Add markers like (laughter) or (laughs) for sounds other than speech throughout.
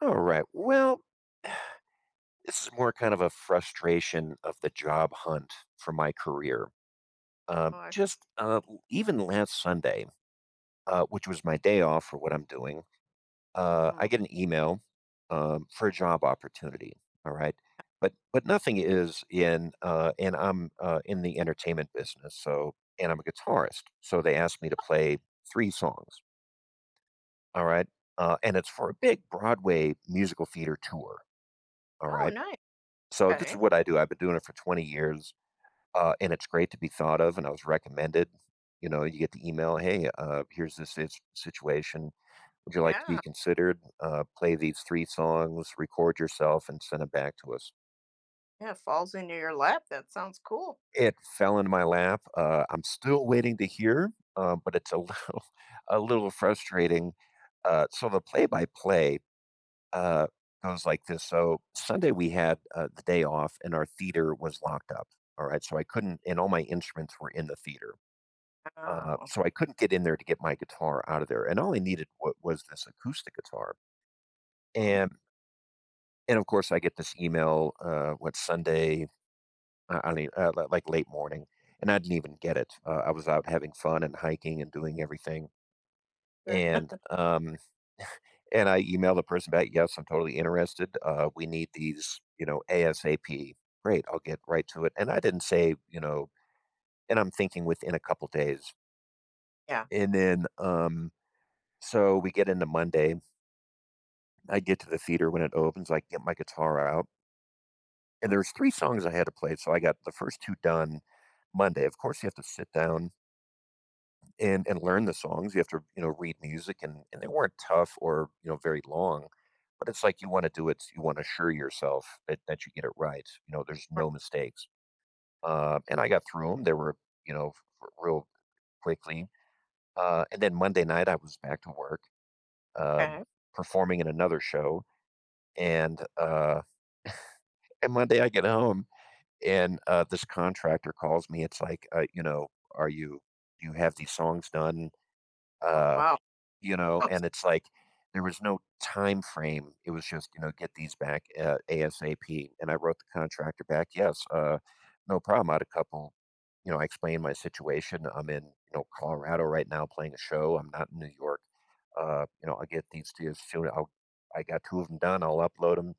All right. Well, this is more kind of a frustration of the job hunt for my career. Oh, I. Just Even last Sunday, which was my day off for what I'm doing, I Mhm. get an email for a job opportunity. All right, but nothing is in, and I'm in the entertainment business, so and I'm a guitarist, so they asked me to play three songs. All right, and it's for a big Broadway musical theater tour. All Oh, right. nice. So this is Okay. what I do. I've been doing it for 20 years, and it's great to be thought of. And I was recommended. You know, you get the email, "Hey, here's this situation. Would you like to be Yeah. considered? Play these three songs, record yourself, and send it back to us." Yeah, falls into your lap. That sounds cool. It fell in my lap. I'm still waiting to hear, but it's a (laughs) little, a little frustrating. So the play-by-play uh, goes like this. So Sunday we had the day off, and our theater was locked up. All right, so I couldn't, and all my instruments were in the theater, Ah, okay. so I couldn't get in there to get my guitar out of there. And all I needed was this acoustic guitar, Mm, and and of course I get this email. What Sunday? I mean, like late morning, and I didn't even get it. I was out having fun and hiking and doing everything, sure. and (laughs) um, And I emailed the person back, yes, I'm totally interested. We need these, you know, ASAP. Great, I'll get right to it. And I didn't say, you know, and I'm thinking within a couple days. Yeah. And then, um, so we get into Monday. I get to the theater when it opens. I get my guitar out, and Mm, there's three songs I had to play. So I got the first two done Monday. Of course, you have to sit down and learn the songs. You have to, you know, read music and they weren't tough or, you know, very long. But it's like you wanna do it, you wanna assure yourself that you get it right. You know, there's right. no mistakes. And I got through them. They were, you know, r real quickly. And then Monday night, I was back to work, um, Okay. performing in another show, and and Monday I get home, and this contractor calls me. It's like, you know, "Are you, do you have these songs done?" Oh, Uh wow. you know, Oh, and it's like there was no time frame. It was just, you know, get these back ASAP. And I wrote the contractor back, yes, no problem. I had a couple, you know, I explained my situation. I'm in, you know, Colorado right now playing a show. I'm not in New York. You know, I'll get these to you as soon. I'll, I got two of them done. I'll upload them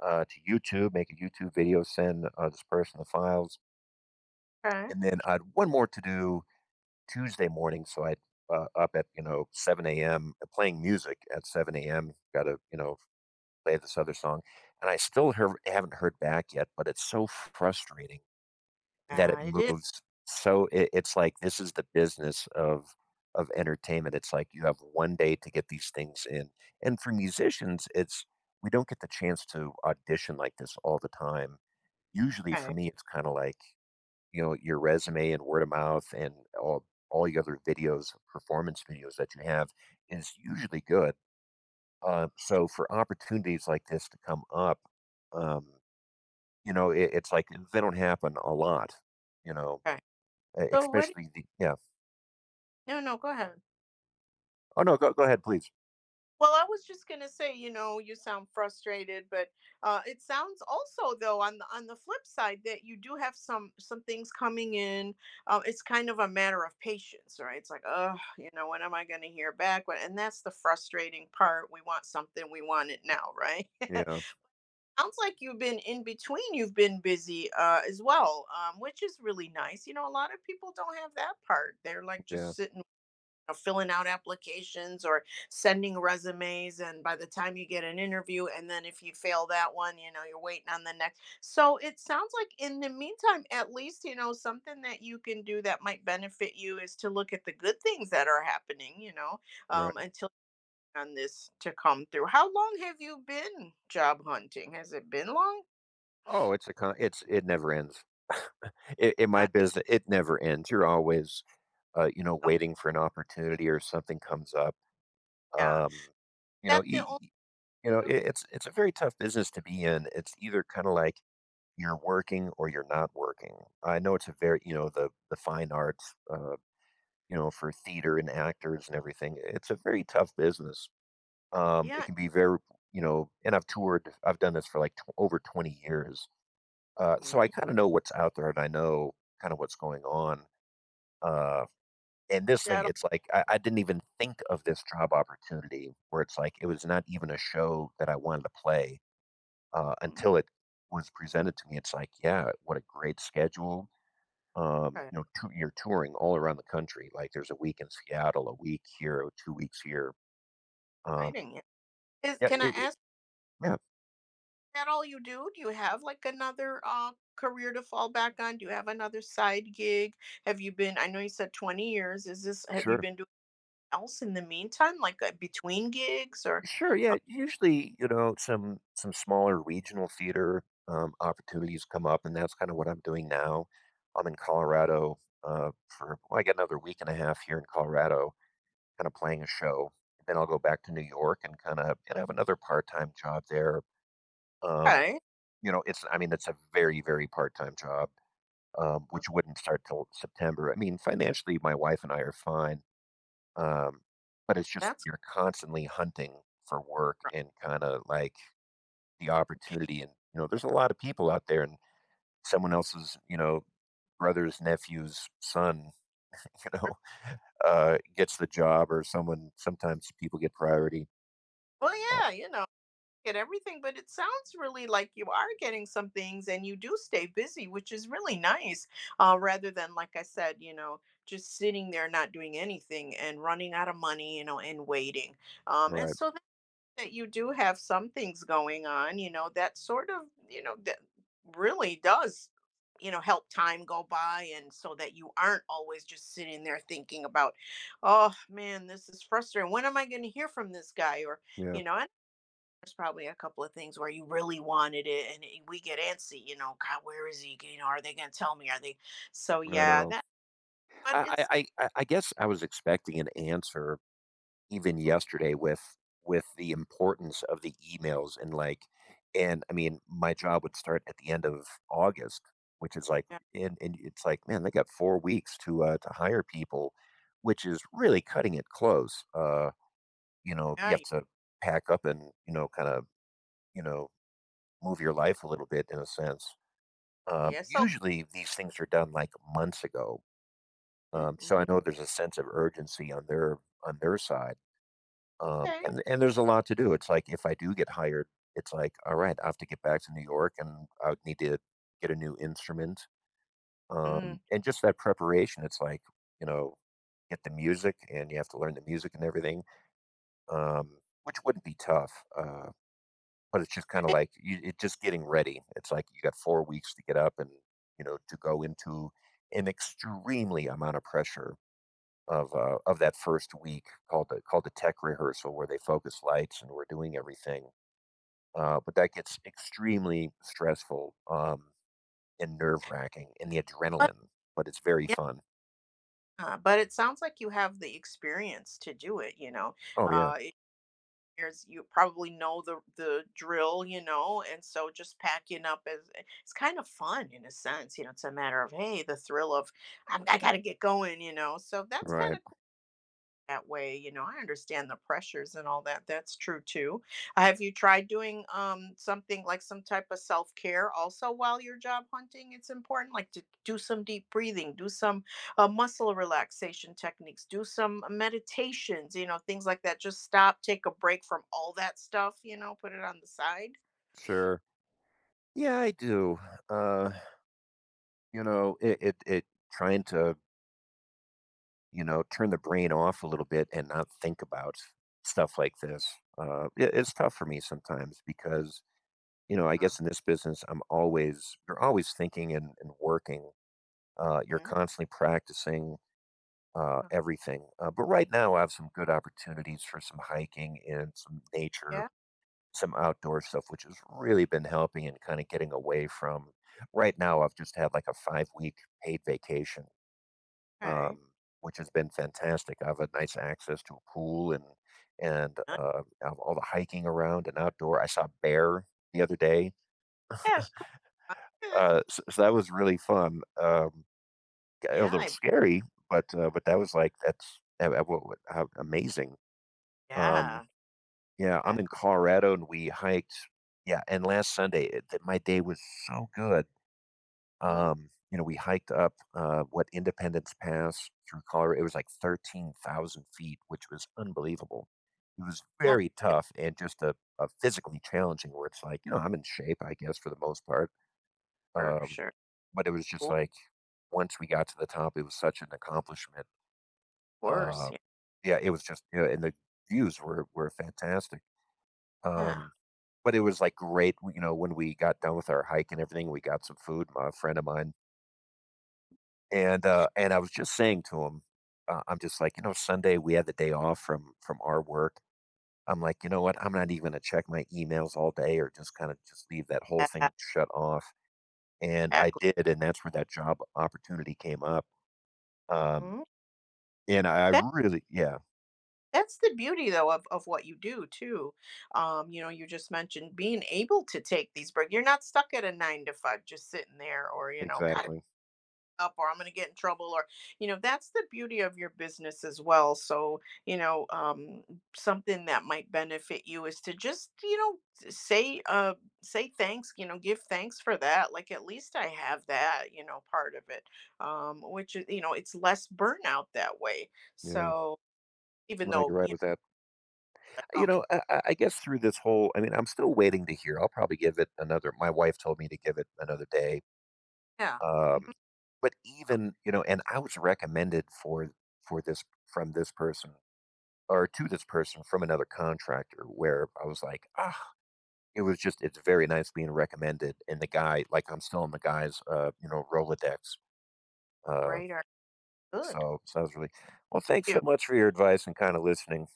to YouTube, make a YouTube video, send this person the files. okay. And then I had one more to do Tuesday morning, so I up at, you know, 7 a.m., playing music at 7 a.m. Got to, you know, play this other song, and I still hear, haven't heard back yet. But it's so frustrating that it Yeah, it is. moves. So it's like this is the business of entertainment. It's like you have 1 day to get these things in, and for musicians, it's we don't get the chance to audition like this all the time. Usually, for Okay. me, it's kind of like, you know, your resume and word of mouth and all all the other videos, performance videos that you have is usually good. So for opportunities like this to come up, um, you know, it's like they don't happen a lot, you know, Okay. So what? Especially the, yeah. No, no, go ahead. Oh no, go, go ahead, please. Well, I was just gonna say, you know, you sound frustrated, but it sounds also, though, on the flip side that you do have some things coming in. It's kind of a matter of patience, right? It's like, oh, you know, when am I gonna hear back? And that's the frustrating part. We want something, we want it now, right? (laughs) Yeah. Sounds like you've been in between. You've been busy, as well, which is really nice. You know, a lot of people don't have that part. They're like Yeah. just sitting, know, filling out applications or sending resumes, and by the time you get an interview, and then if you fail that one, you know, you're waiting on the next. So it sounds like in the meantime, at least, you know, something that you can do that might benefit you is to look at the good things that are happening, you know, Right. Until on this to come through. How long have you been job hunting? Has it been long? Oh, it's a con it's, it never ends. (laughs) In my Uh, business, it never ends. You're always, you know, yeah. waiting for an opportunity or something comes up. Yeah. Um, you know, That the e only. e you know, I Oh, it's a very tough business to be in. It's either kinda like you're working or you're not working. I know it's a very, you know, the fine arts, you know, for theater and actors and everything, it's a very tough business. It yeah. can be very, you know, and I've done this for, like, tw over 20 years, so I Mm, kinda know what's out there, and I know kinda what's going on, uh and this thing, that. it's like I didn't even think of this job opportunity where it's like it was not even a show that I wanted to play Mm, until it was presented to me. It's like, yeah, what a great schedule. Okay. You know, you're touring all around the country. Like there's a week in Seattle, a week here, 2 weeks here. Um, Exciting. Yeah. Is, yeah, can I it, it, ask, yeah, that all you do? Do you have like another career to fall back on? Do you have another side gig? Have you been, I know you said 20 years. Is this, have you sure. been doing else in the meantime, like, between gigs, or Sure, yeah, usually, you know, some smaller regional theater, opportunities come up, and that's kinda what I'm doing now. I'm in Colorado, for, well, I got another week and a half here in Colorado, kinda playing a show. Then I'll go back to New York and kinda and I have another part-time job there. Um, okay. you know, it's, I mean, it's a very, very part-time job, which wouldn't start till September. I mean, financially, my wife and I are fine, um, but it's just That's you're constantly hunting for work right. and kind of like the opportunity. And, you know, there's a lot of people out there and someone else's, you know, brother's nephew's son, (laughs) you know, gets the job or someone, sometimes people get priority. Well, Uh, yeah, you know, get everything, but it sounds really like you are getting some things and you do stay busy, which is really nice. Rather than, like I said, you know, just sitting there not doing anything and running out of money, you know, and waiting. And Right. so that you do have some things going on, you know, that sort of, you know, that really does, you know, help time go by, and so that you aren't always just sitting there thinking about, oh man, this is frustrating. When am I going to hear from this guy? Or, Yeah. you know, and there's probably a couple of things where you really wanted it, and we get antsy, you know, God, where is he? You know, are they going to tell me? Are they? So, I yeah, know. that, but it's, I guess I was expecting an answer even mm, yesterday with the importance of the emails and like and I mean my job would start at the end of August, which is like, yeah, and it's like, man, they got 4 weeks to hire people, which is really cutting it close. You know, you yeah, have to pack up and, you know, kind of, you know, move your life a little bit in a sense. Yeah. So, Usually these things are done like months ago. mm, So I mhm, know there's a sense of urgency on their side. Okay. And there's a lot to do. It's like if I do get hired, it's like, all right, I have to get back to New York and I would need to get a new instrument. Mm. And just that preparation, it's like, you know, get the music and you have to learn the music and everything, which wouldn't be tough. But it's just kind of like you, it just getting ready. It's like you got 4 weeks to get up and, you know, to go into an extremely amount of pressure of that first week called the tech rehearsal where they focus lights and we're doing everything. But that gets extremely stressful, and nerve wracking and the But, adrenaline, but it's very yeah. fun. But it sounds like you have the experience to do it, you know. Oh yeah, Uh, it- there's you probably know the drill, you know, and so just packing up is it's kind of fun in a sense, you know. It's a matter of, hey, the thrill of, I'm, I got to get going, you know. So that's kind right. of that way, you know, I understand the pressures and all that. That's true too. Have you tried doing something like some type of self-care also while you're job hunting? It's important, like, to do some deep breathing, do some muscle relaxation techniques, do some meditations, you know, things like that. Just stop, take a break from all that stuff, you know, put it on the side. Sure. Yeah, I do. Uh, you know, it trying to, you know, turn the brain off a little bit and not think about stuff like this. It's tough for me sometimes because, you know, I Uh, guess in this business I'm always you're always thinking and working. You're Mhm. constantly practicing Uh, everything. But right now, I have some good opportunities for some hiking and some nature, Yeah, some outdoor stuff, which has really been helping and kind of getting away from. Right now, I've just had like a 5 week paid vacation, okay. um, which has been fantastic. I have a nice access to a pool and and Uh, uh, of all the hiking around and outdoor. I saw a bear the other day, Yes, cool. Okay. So, so that was really fun. A Yeah, little I. scary, but that was like that's what how amazing. Um, Yeah, yeah, I'm in exactly. Colorado and we hiked. Yeah, and last Sunday that my day was so good. Mm. You know, we hiked up what Independence Pass through Colorado. It was like 13,000 feet, which was unbelievable. It was That's very good, tough and just a physically challenging. Where it's like, you know, I'm in shape, I guess, for the most part. for Um, sure. but it was just Cool. like once we got to the top, it was such an accomplishment. Of Uh, course. Yeah. yeah, it was just, you know, and the views were fantastic. Um, but it was like great, you know, when we got done with our hike and everything, we got some food, my friend of mine, and I was just saying to him, I'm just like, you know, Sunday we had the day off from our work. I'm like, you know what? I'm not even gonna check my emails all day, or just kind of just leave that whole Yeah, thing shut off. And I exactly. did, and that's where that job opportunity came up. Um, Mm. and I really, yeah, That's the beauty, though, of what you do too. You know, you just mentioned being able to take these breaks. You're not stuck at a 9 to 5 just sitting there, or, you know, gotta pick exactly, up, or I'm going to get in trouble, or, you know, that's the beauty of your business as well. So, you know, something that might benefit you is to just, you know, say, say thanks, you know, give thanks for that. Like, at least I have that, you know, part of it, which is, you know, it's less burnout that way. yeah. So even No, you're though, right you with that. You know, know, I guess through this whole, I mean, I'm still waiting to hear. I'll probably give it another. My wife told me to give it another day. yeah, mhm, Um, but even, you know, and I was recommended for this from this person or to this person from another contractor where I was like, ah, it was just, it's very nice being recommended. And the guy, like, I'm still on the guy's, you know, Rolodex. Uh, radar, good. so, so I was really, well, thanks so You much for your advice and kind of listening.